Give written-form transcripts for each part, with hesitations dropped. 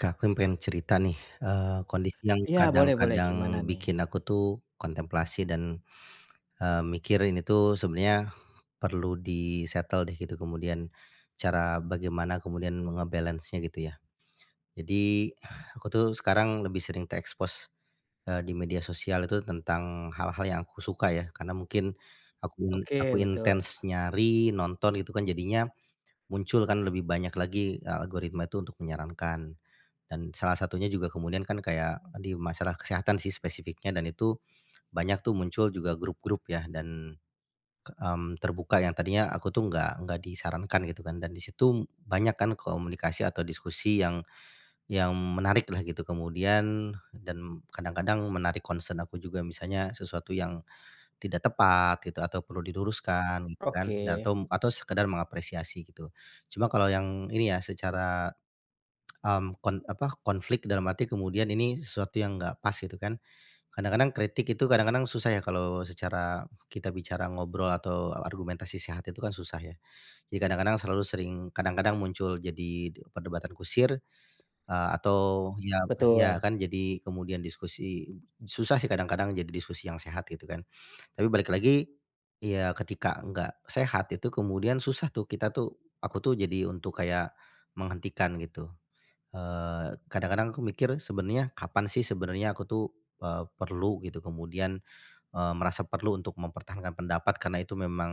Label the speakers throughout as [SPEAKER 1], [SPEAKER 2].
[SPEAKER 1] Kak, aku yang pengen cerita nih, kondisi yang
[SPEAKER 2] Iya, boleh boleh, gimana
[SPEAKER 1] kadang-kadang
[SPEAKER 2] nih?
[SPEAKER 1] bikin aku tuh kontemplasi mikir ini tuh sebenarnya perlu di-settle deh gitu, kemudian cara bagaimana kemudian ngebalance nya gitu ya. Jadi aku tuh sekarang lebih sering terekspos, di media sosial itu tentang hal-hal yang aku suka ya, karena mungkin aku in aku
[SPEAKER 2] Oke, betul.
[SPEAKER 1] intens nyari, nonton gitu kan jadinya muncul kan lebih banyak lagi, algoritma itu untuk menyarankan. Dan salah satunya juga kemudian kan kayak di masalah kesehatan sih spesifiknya dan itu banyak tuh muncul juga grup-grup ya dan terbuka yang tadinya aku tuh nggak disarankan gitu kan dan di situ banyak kan komunikasi atau diskusi yang menarik lah gitu kemudian dan kadang-kadang menarik concern aku juga misalnya sesuatu yang tidak tepat gitu atau perlu diluruskan gitu kan dan
[SPEAKER 2] Oke,
[SPEAKER 1] atau sekedar mengapresiasi gitu. Cuma kalau yang ini ya secara konflik dalam arti kemudian ini sesuatu yang nggak pas gitu kan. Kadang-kadang kritik itu kadang-kadang susah ya kalau secara kita bicara ngobrol atau argumentasi sehat itu kan susah ya. Jadi kadang-kadang selalu sering kadang-kadang muncul jadi perdebatan kusir, atau ya ya
[SPEAKER 2] betul.
[SPEAKER 1] kan jadi kemudian diskusi susah sih kadang-kadang jadi diskusi yang sehat gitu kan. Tapi balik lagi, ya ketika nggak sehat itu kemudian susah tuh kita tuh aku tuh jadi untuk kayak menghentikan gitu. Kadang-kadang aku mikir sebenarnya kapan sih sebenarnya aku tuh, perlu gitu kemudian, merasa perlu untuk mempertahankan pendapat karena itu memang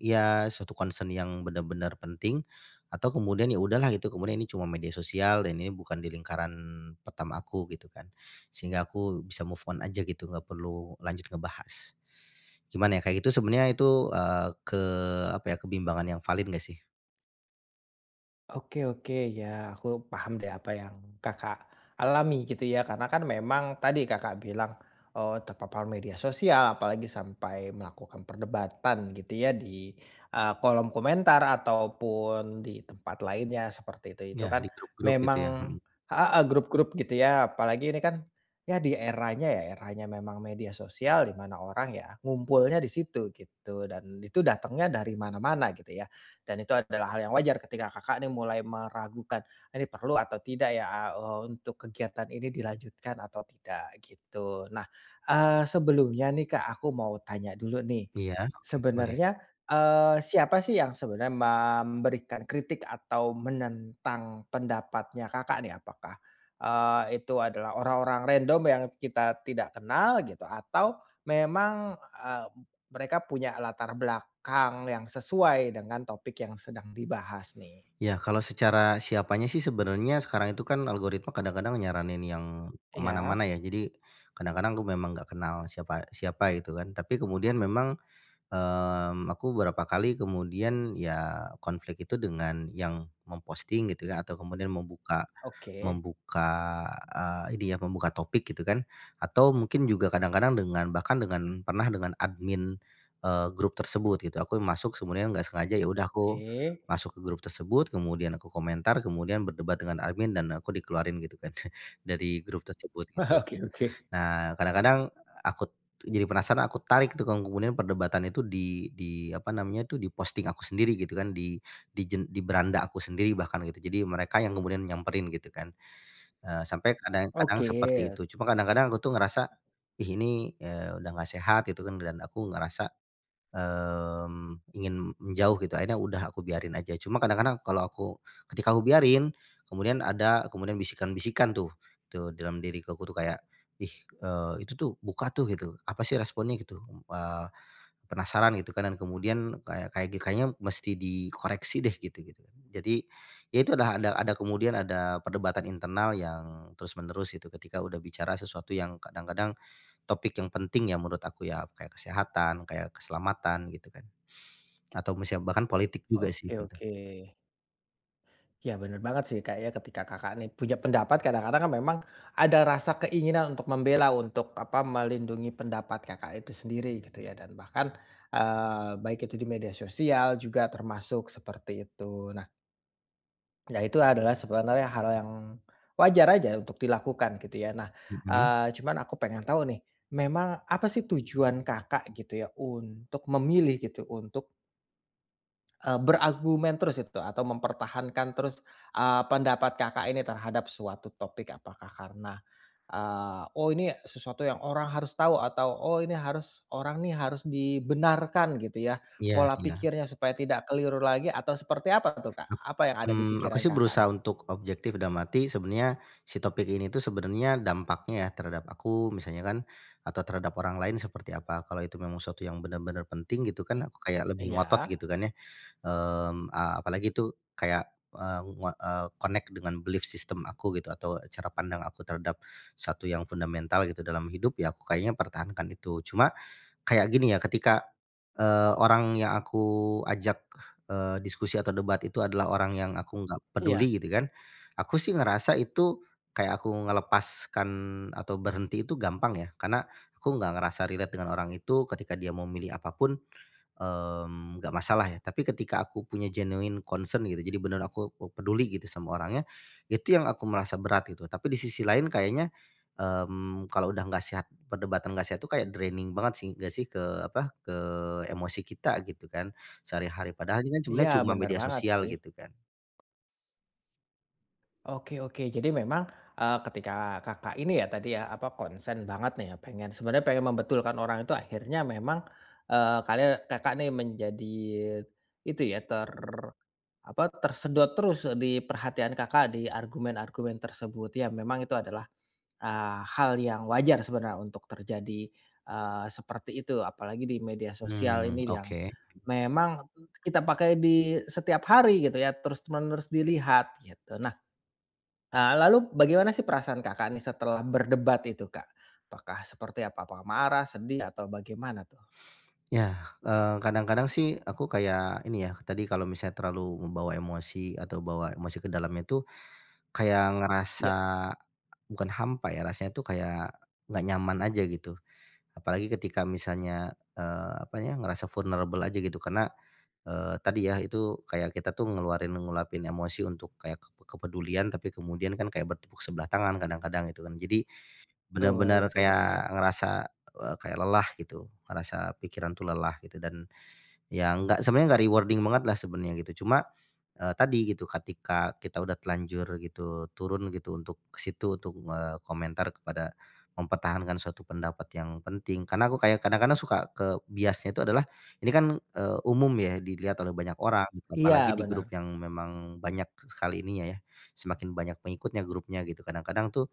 [SPEAKER 1] ya suatu concern yang benar-benar penting atau kemudian ya udahlah gitu kemudian ini cuma media sosial dan ini bukan di lingkaran pertama aku gitu kan, sehingga aku bisa move on aja gitu nggak perlu lanjut ngebahas. Gimana ya kayak gitu sebenarnya itu, eee, ke apa ya, kebimbangan yang valid nggak sih?
[SPEAKER 2] Oke, oke, ya aku paham deh apa yang Kakak alami gitu ya, karena kan memang tadi Kakak bilang, terpapar media sosial apalagi sampai melakukan perdebatan gitu ya di kolom komentar ataupun di tempat lainnya seperti itu. Itu
[SPEAKER 1] Ya
[SPEAKER 2] kan
[SPEAKER 1] di grup-grup gitu ya, mhm,
[SPEAKER 2] memang heeh, grup-grup gitu ya, apalagi ini kan ya di eranya ya, eranya memang media sosial di mana orang ya ngumpulnya di situ gitu dan itu datangnya dari mana-mana gitu ya. Dan itu adalah hal yang wajar ketika Kakak ini mulai meragukan, "Ini perlu atau tidak ya, untuk kegiatan ini dilanjutkan atau tidak?" Gitu. Nah, sebelumnya nih Kak, aku mau tanya dulu nih.
[SPEAKER 1] iya oke boleh.
[SPEAKER 2] Sebenarnya, siapa sih yang sebenarnya memberikan kritik atau menentang pendapatnya Kakak nih? Apakah, itu adalah orang-orang random yang kita tidak kenal gitu atau memang, eh, mereka punya latar belakang yang sesuai dengan topik yang sedang dibahas nih.
[SPEAKER 1] Ya, kalau secara siapanya sih sebenarnya sekarang itu kan algoritma kadang-kadang nyaranin yang kemana
[SPEAKER 2] Iya,
[SPEAKER 1] mana-mana ya. Jadi kadang-kadang aku memang nggak kenal siapa siapa gitu kan. Tapi kemudian memang aku beberapa kali kemudian ya konflik itu dengan yang memposting gitu kan atau kemudian membuka
[SPEAKER 2] oke,
[SPEAKER 1] membuka, eee, ini ya membuka topik gitu kan atau mungkin juga kadang-kadang dengan pernah dengan admin, grup tersebut gitu aku masuk sebenarnya nggak sengaja ya udah aku
[SPEAKER 2] oke.
[SPEAKER 1] masuk ke grup tersebut kemudian aku komentar kemudian berdebat dengan admin dan aku dikeluarin gitu kan dari grup tersebut gitu.
[SPEAKER 2] Oke, oke.
[SPEAKER 1] Nah, kadang-kadang aku jadi penasaran, aku tarik tuh kalau kemudian perdebatan itu di apa namanya tuh, di posting aku sendiri gitu kan, di beranda aku sendiri bahkan gitu. Jadi mereka yang kemudian nyamperin gitu kan, sampai kadang-kadang
[SPEAKER 2] Oke,
[SPEAKER 1] seperti itu. Cuma kadang-kadang aku tuh ngerasa, "Ih ini, udah nggak sehat," gitu kan dan aku ngerasa ingin menjauh gitu, akhirnya udah aku biarin aja. Cuma kadang-kadang kalau aku ketika aku biarin, kemudian ada kemudian bisikan-bisikan tuh dalam diri aku tuh kayak, "Ih, itu tuh buka tuh," gitu, "apa sih responnya?" Gitu, eee, penasaran gitu kan, dan kemudian kayak kayak kayaknya mesti dikoreksi deh gitu gitu. Kan. Jadi, ya itu ada kemudian ada perdebatan internal yang terus menerus gitu ketika udah bicara sesuatu yang kadang-kadang topik yang penting ya menurut aku ya, kayak kesehatan, kayak keselamatan gitu kan, atau misalnya bahkan politik juga sih
[SPEAKER 2] oke,
[SPEAKER 1] gitu.
[SPEAKER 2] oke. Ya bener banget sih kayaknya ketika Kakak nih punya pendapat kadang-kadang kan memang ada rasa keinginan untuk membela, untuk apa, melindungi pendapat Kakak itu sendiri gitu ya dan bahkan, baik itu di media sosial juga termasuk seperti itu. Nah Nah, itu adalah sebenarnya hal yang wajar aja untuk dilakukan gitu ya. Nah,
[SPEAKER 1] Mhm,
[SPEAKER 2] cuman aku pengen tahu nih, memang apa sih tujuan Kakak gitu ya untuk memilih gitu, untuk, berargumen terus itu atau mempertahankan terus, pendapat Kakak ini terhadap suatu topik? Apakah karena, "Oh ini sesuatu yang orang harus tahu," atau, "Oh ini harus orang nih harus dibenarkan," gitu ya,
[SPEAKER 1] iya
[SPEAKER 2] pola
[SPEAKER 1] iya.
[SPEAKER 2] pikirnya supaya tidak keliru lagi atau seperti apa tuh, Kak?
[SPEAKER 1] Ak-
[SPEAKER 2] Apa yang ada di
[SPEAKER 1] Aku
[SPEAKER 2] pikiran
[SPEAKER 1] sih
[SPEAKER 2] Kakak
[SPEAKER 1] berusaha
[SPEAKER 2] nih?
[SPEAKER 1] untuk objektif, dalam arti sebenarnya si topik ini tuh sebenarnya dampaknya ya terhadap aku misalnya kan, atau terhadap orang lain seperti apa. Kalau itu memang sesuatu yang benar-benar penting gitu kan, aku kayak lebih ngotot
[SPEAKER 2] Iya
[SPEAKER 1] gitu kan ya. Apalagi itu kayak, connect dengan belief system aku gitu, atau cara pandang aku terhadap sesuatu yang fundamental gitu dalam hidup, ya aku kayaknya pertahankan itu. Cuma kayak gini ya, ketika, orang yang aku ajak, diskusi atau debat itu adalah orang yang aku nggak
[SPEAKER 2] iya
[SPEAKER 1] peduli gitu kan, aku sih ngerasa itu kayak aku ngelepaskan atau berhenti itu gampang ya, karena aku nggak ngerasa relate dengan orang itu ketika dia mau milih apapun pun, nggak masalah ya. Tapi ketika aku punya genuine concern gitu, jadi benar aku oh, peduli gitu sama orangnya, itu yang aku merasa berat gitu. Tapi di sisi lain kayaknya kalau udah nggak sehat perdebatan nggak sehat itu kayak draining banget sih nggak sih ke apa, ke emosi kita gitu kan sehari-hari padahal ini kan
[SPEAKER 2] iya,
[SPEAKER 1] sebenarnya cuma
[SPEAKER 2] bener
[SPEAKER 1] media
[SPEAKER 2] banget
[SPEAKER 1] sosial
[SPEAKER 2] sih.
[SPEAKER 1] gitu kan.
[SPEAKER 2] Oke, oke, jadi memang, ketika Kakak ini ya tadi ya, apa, konsen banget nih ya, pengen sebenarnya pengen membetulkan orang itu akhirnya memang, kalian Kakak nih menjadi itu ya, ter apa, tersedot terus di perhatian Kakak di argumen-argumen tersebut. Ya memang itu adalah hal yang wajar sebenarnya untuk terjadi, seperti itu apalagi di media sosial
[SPEAKER 1] Hmm,
[SPEAKER 2] ini yang
[SPEAKER 1] oke.
[SPEAKER 2] memang kita pakai di setiap hari gitu ya, terus-menerus dilihat gitu. Nah, lalu bagaimana sih perasaan Kakak nih setelah berdebat itu, Kak? Apakah seperti apa? Apakah marah, sedih, atau bagaimana tuh?
[SPEAKER 1] Ya, kadang-kadang sih aku kayak ini ya tadi kalau misalnya terlalu membawa emosi atau bawa emosi ke dalamnya tuh kayak ngerasa
[SPEAKER 2] Ya,
[SPEAKER 1] bukan hampa ya rasanya tuh kayak nggak nyaman aja gitu. Apalagi ketika misalnya, apa ya ngerasa vulnerable aja gitu karena tadi ya itu kayak kita tuh ngulapin emosi untuk kayak kepedulian tapi kemudian kan kayak bertepuk sebelah tangan kadang-kadang gitu kan. Jadi
[SPEAKER 2] betul
[SPEAKER 1] benar-benar
[SPEAKER 2] betul banget.
[SPEAKER 1] kayak ngerasa, kayak lelah gitu, ngerasa pikiran tuh lelah gitu dan ya nggak sebenarnya nggak rewarding banget lah sebenarnya gitu. Cuma, tadi gitu ketika kita udah telanjur gitu turun gitu untuk ke situ untuk, komentar kepada mempertahankan suatu pendapat yang penting. Karena aku kayak kadang-kadang suka ke biasnya itu adalah ini kan, umum ya dilihat oleh banyak orang gitu, apalagi
[SPEAKER 2] Iya,
[SPEAKER 1] di grup
[SPEAKER 2] benar.
[SPEAKER 1] yang memang banyak sekali ininya ya, semakin banyak pengikutnya grupnya gitu. Kadang-kadang tuh,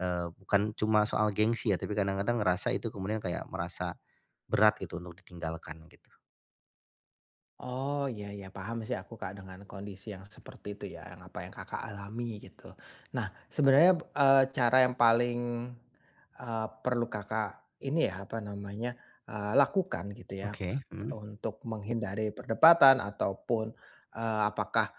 [SPEAKER 1] bukan cuma soal gengsi ya, tapi kadang-kadang ngerasa itu kemudian kayak merasa berat gitu untuk ditinggalkan gitu.
[SPEAKER 2] Oh, iya ya paham sih aku, Kak, dengan kondisi yang seperti itu ya, yang apa yang Kakak alami gitu. Nah, sebenarnya, cara yang paling, perlu Kakak ini ya, apa namanya, lakukan gitu ya,
[SPEAKER 1] Oke,
[SPEAKER 2] set
[SPEAKER 1] mhm,
[SPEAKER 2] untuk menghindari perdebatan ataupun, apakah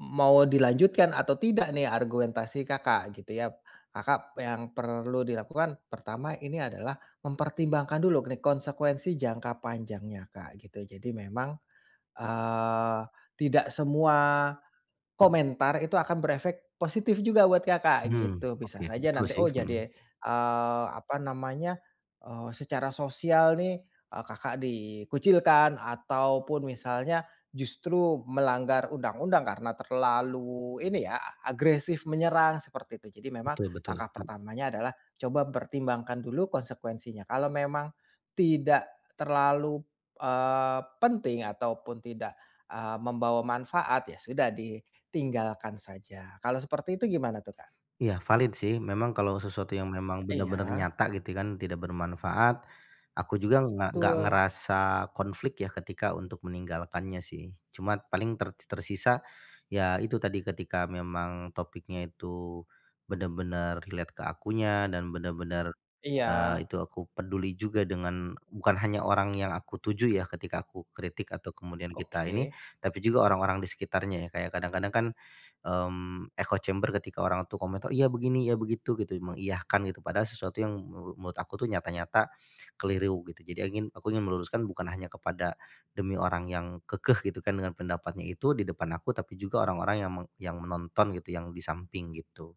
[SPEAKER 2] mau dilanjutkan atau tidak nih argumentasi Kakak gitu ya. Kakak yang perlu dilakukan pertama ini adalah mempertimbangkan dulu nih konsekuensi jangka panjangnya, Kak, gitu. Jadi memang, eee, tidak semua komentar itu akan berefek positif juga buat Kakak
[SPEAKER 1] mmm,
[SPEAKER 2] gitu. Bisa
[SPEAKER 1] oke,
[SPEAKER 2] saja
[SPEAKER 1] betul
[SPEAKER 2] nanti,
[SPEAKER 1] sih,
[SPEAKER 2] oh
[SPEAKER 1] mhm,
[SPEAKER 2] jadi, apa namanya, secara sosial nih, Kakak dikucilkan ataupun misalnya justru melanggar undang-undang karena terlalu ini ya, agresif menyerang seperti itu. Jadi memang
[SPEAKER 1] betul betul,
[SPEAKER 2] langkah
[SPEAKER 1] mhm,
[SPEAKER 2] pertamanya adalah coba pertimbangkan dulu konsekuensinya. Kalau memang tidak terlalu, penting ataupun tidak, membawa manfaat, ya sudah di tinggalkan saja. Kalau seperti itu gimana tuh, Kak?
[SPEAKER 1] iya valid sih memang kalau sesuatu yang memang benar-benar
[SPEAKER 2] Iya,
[SPEAKER 1] nyata gitu kan tidak bermanfaat, aku juga nggak
[SPEAKER 2] betul.
[SPEAKER 1] ngerasa konflik ya ketika untuk meninggalkannya sih cuma paling tersisa, ya itu tadi ketika memang topiknya itu, benar-benar relate ke akunya dan benar-benar
[SPEAKER 2] Iya,
[SPEAKER 1] Itu aku peduli juga dengan bukan hanya orang yang aku tuju ya ketika aku kritik atau kemudian kita ini,
[SPEAKER 2] oke.
[SPEAKER 1] tapi juga orang-orang di sekitarnya ya. Kayak kadang-kadang kan, echo chamber ketika orang tuh komentar, "Iya begini, ya begitu," gitu, mengiyahkan gitu. Padahal sesuatu yang menurut aku tuh nyata-nyata keliru gitu. Jadi ingin meluruskan bukan hanya kepada demi orang yang kekeh gitu kan dengan pendapatnya itu di depan aku, tapi juga orang-orang yang meng yang menonton gitu, yang di samping gitu.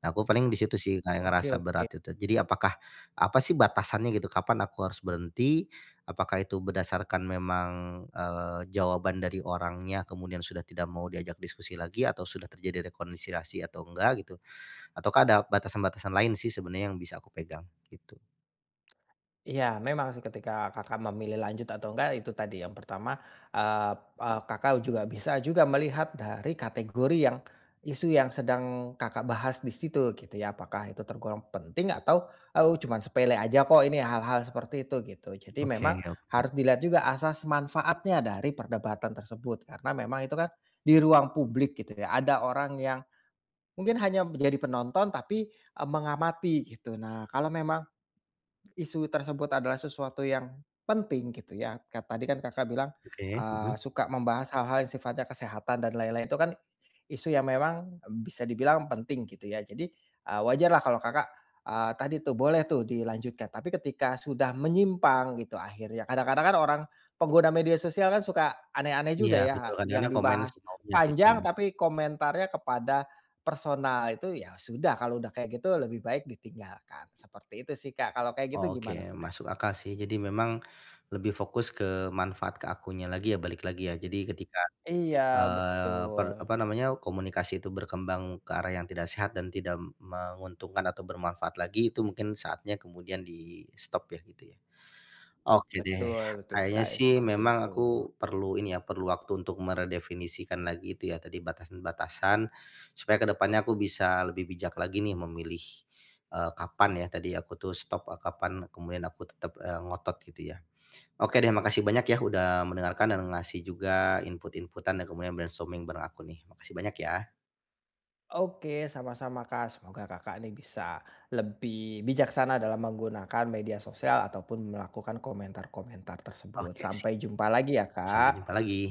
[SPEAKER 1] Nah, aku paling di situ sih kayak
[SPEAKER 2] Oke,
[SPEAKER 1] ngerasa
[SPEAKER 2] oke.
[SPEAKER 1] berat itu. Jadi apa sih batasannya gitu, kapan aku harus berhenti? Apakah itu berdasarkan memang, jawaban dari orangnya kemudian sudah tidak mau diajak diskusi lagi atau sudah terjadi rekonsiliasi atau enggak gitu? Ataukah ada batasan-batasan lain sih sebenarnya yang bisa aku pegang gitu?
[SPEAKER 2] Iya, memang sih ketika Kakak memilih lanjut atau enggak itu tadi yang pertama, eee eee, Kakak juga bisa juga melihat dari kategori yang isu yang sedang Kakak bahas di situ gitu ya, apakah itu tergolong penting atau, "Oh, cuman sepele aja kok ini hal-hal seperti itu," gitu. Jadi
[SPEAKER 1] Oke,
[SPEAKER 2] memang
[SPEAKER 1] oke.
[SPEAKER 2] harus dilihat juga asas manfaatnya dari perdebatan tersebut, karena memang itu kan di ruang publik gitu ya, ada orang yang mungkin hanya menjadi penonton tapi, mengamati gitu. Nah, kalau memang isu tersebut adalah sesuatu yang penting gitu ya. Ka tadi kan Kakak bilang,
[SPEAKER 1] Oke, mhm.
[SPEAKER 2] suka membahas hal-hal yang sifatnya kesehatan dan lain-lain itu kan isu yang memang bisa dibilang penting gitu ya. Jadi, wajarlah kalau Kakak, tadi tuh boleh tuh dilanjutkan. Tapi ketika sudah menyimpang gitu akhirnya, kadang-kadang kan orang pengguna media sosial kan suka aneh-aneh
[SPEAKER 1] Iya
[SPEAKER 2] juga
[SPEAKER 1] betul,
[SPEAKER 2] ya, yang
[SPEAKER 1] kadang-kadang komen
[SPEAKER 2] dibahas
[SPEAKER 1] semaunya sih,
[SPEAKER 2] panjang
[SPEAKER 1] mhm.
[SPEAKER 2] tapi komentarnya kepada personal. Itu ya sudah, kalau udah kayak gitu lebih baik ditinggalkan. Seperti itu sih, Kak. Kalau kayak gitu
[SPEAKER 1] Oke,
[SPEAKER 2] gimana tuh, Kak?
[SPEAKER 1] masuk akal sih. Jadi memang lebih fokus ke manfaat ke akunya lagi ya, balik lagi ya. Jadi ketika
[SPEAKER 2] Iya,
[SPEAKER 1] Eee, per
[SPEAKER 2] betul.
[SPEAKER 1] apa namanya, komunikasi itu berkembang ke arah yang tidak sehat dan tidak menguntungkan atau bermanfaat lagi, itu mungkin saatnya kemudian di-stop ya, gitu ya. Oke deh,
[SPEAKER 2] Betul
[SPEAKER 1] kayaknya
[SPEAKER 2] sekali,
[SPEAKER 1] sih
[SPEAKER 2] seperti
[SPEAKER 1] memang
[SPEAKER 2] itu.
[SPEAKER 1] aku perlu ini ya, perlu waktu untuk meredefinisikan lagi itu ya tadi batasan-batasan, supaya kedepannya aku bisa lebih bijak lagi nih memilih, kapan ya tadi aku tuh stop, kapan kemudian aku tetap, ngotot gitu ya. Oke deh, makasih banyak ya udah mendengarkan dan ngasih juga input-inputan dan kemudian brainstorming bareng aku nih. Makasih banyak ya.
[SPEAKER 2] Oke, sama-sama Kak. Semoga Kakak ini bisa lebih bijaksana dalam menggunakan media sosial ataupun melakukan komentar-komentar tersebut.
[SPEAKER 1] Oke,
[SPEAKER 2] Sampai jumpa lagi ya
[SPEAKER 1] sampai jumpa
[SPEAKER 2] Kak.
[SPEAKER 1] lagi.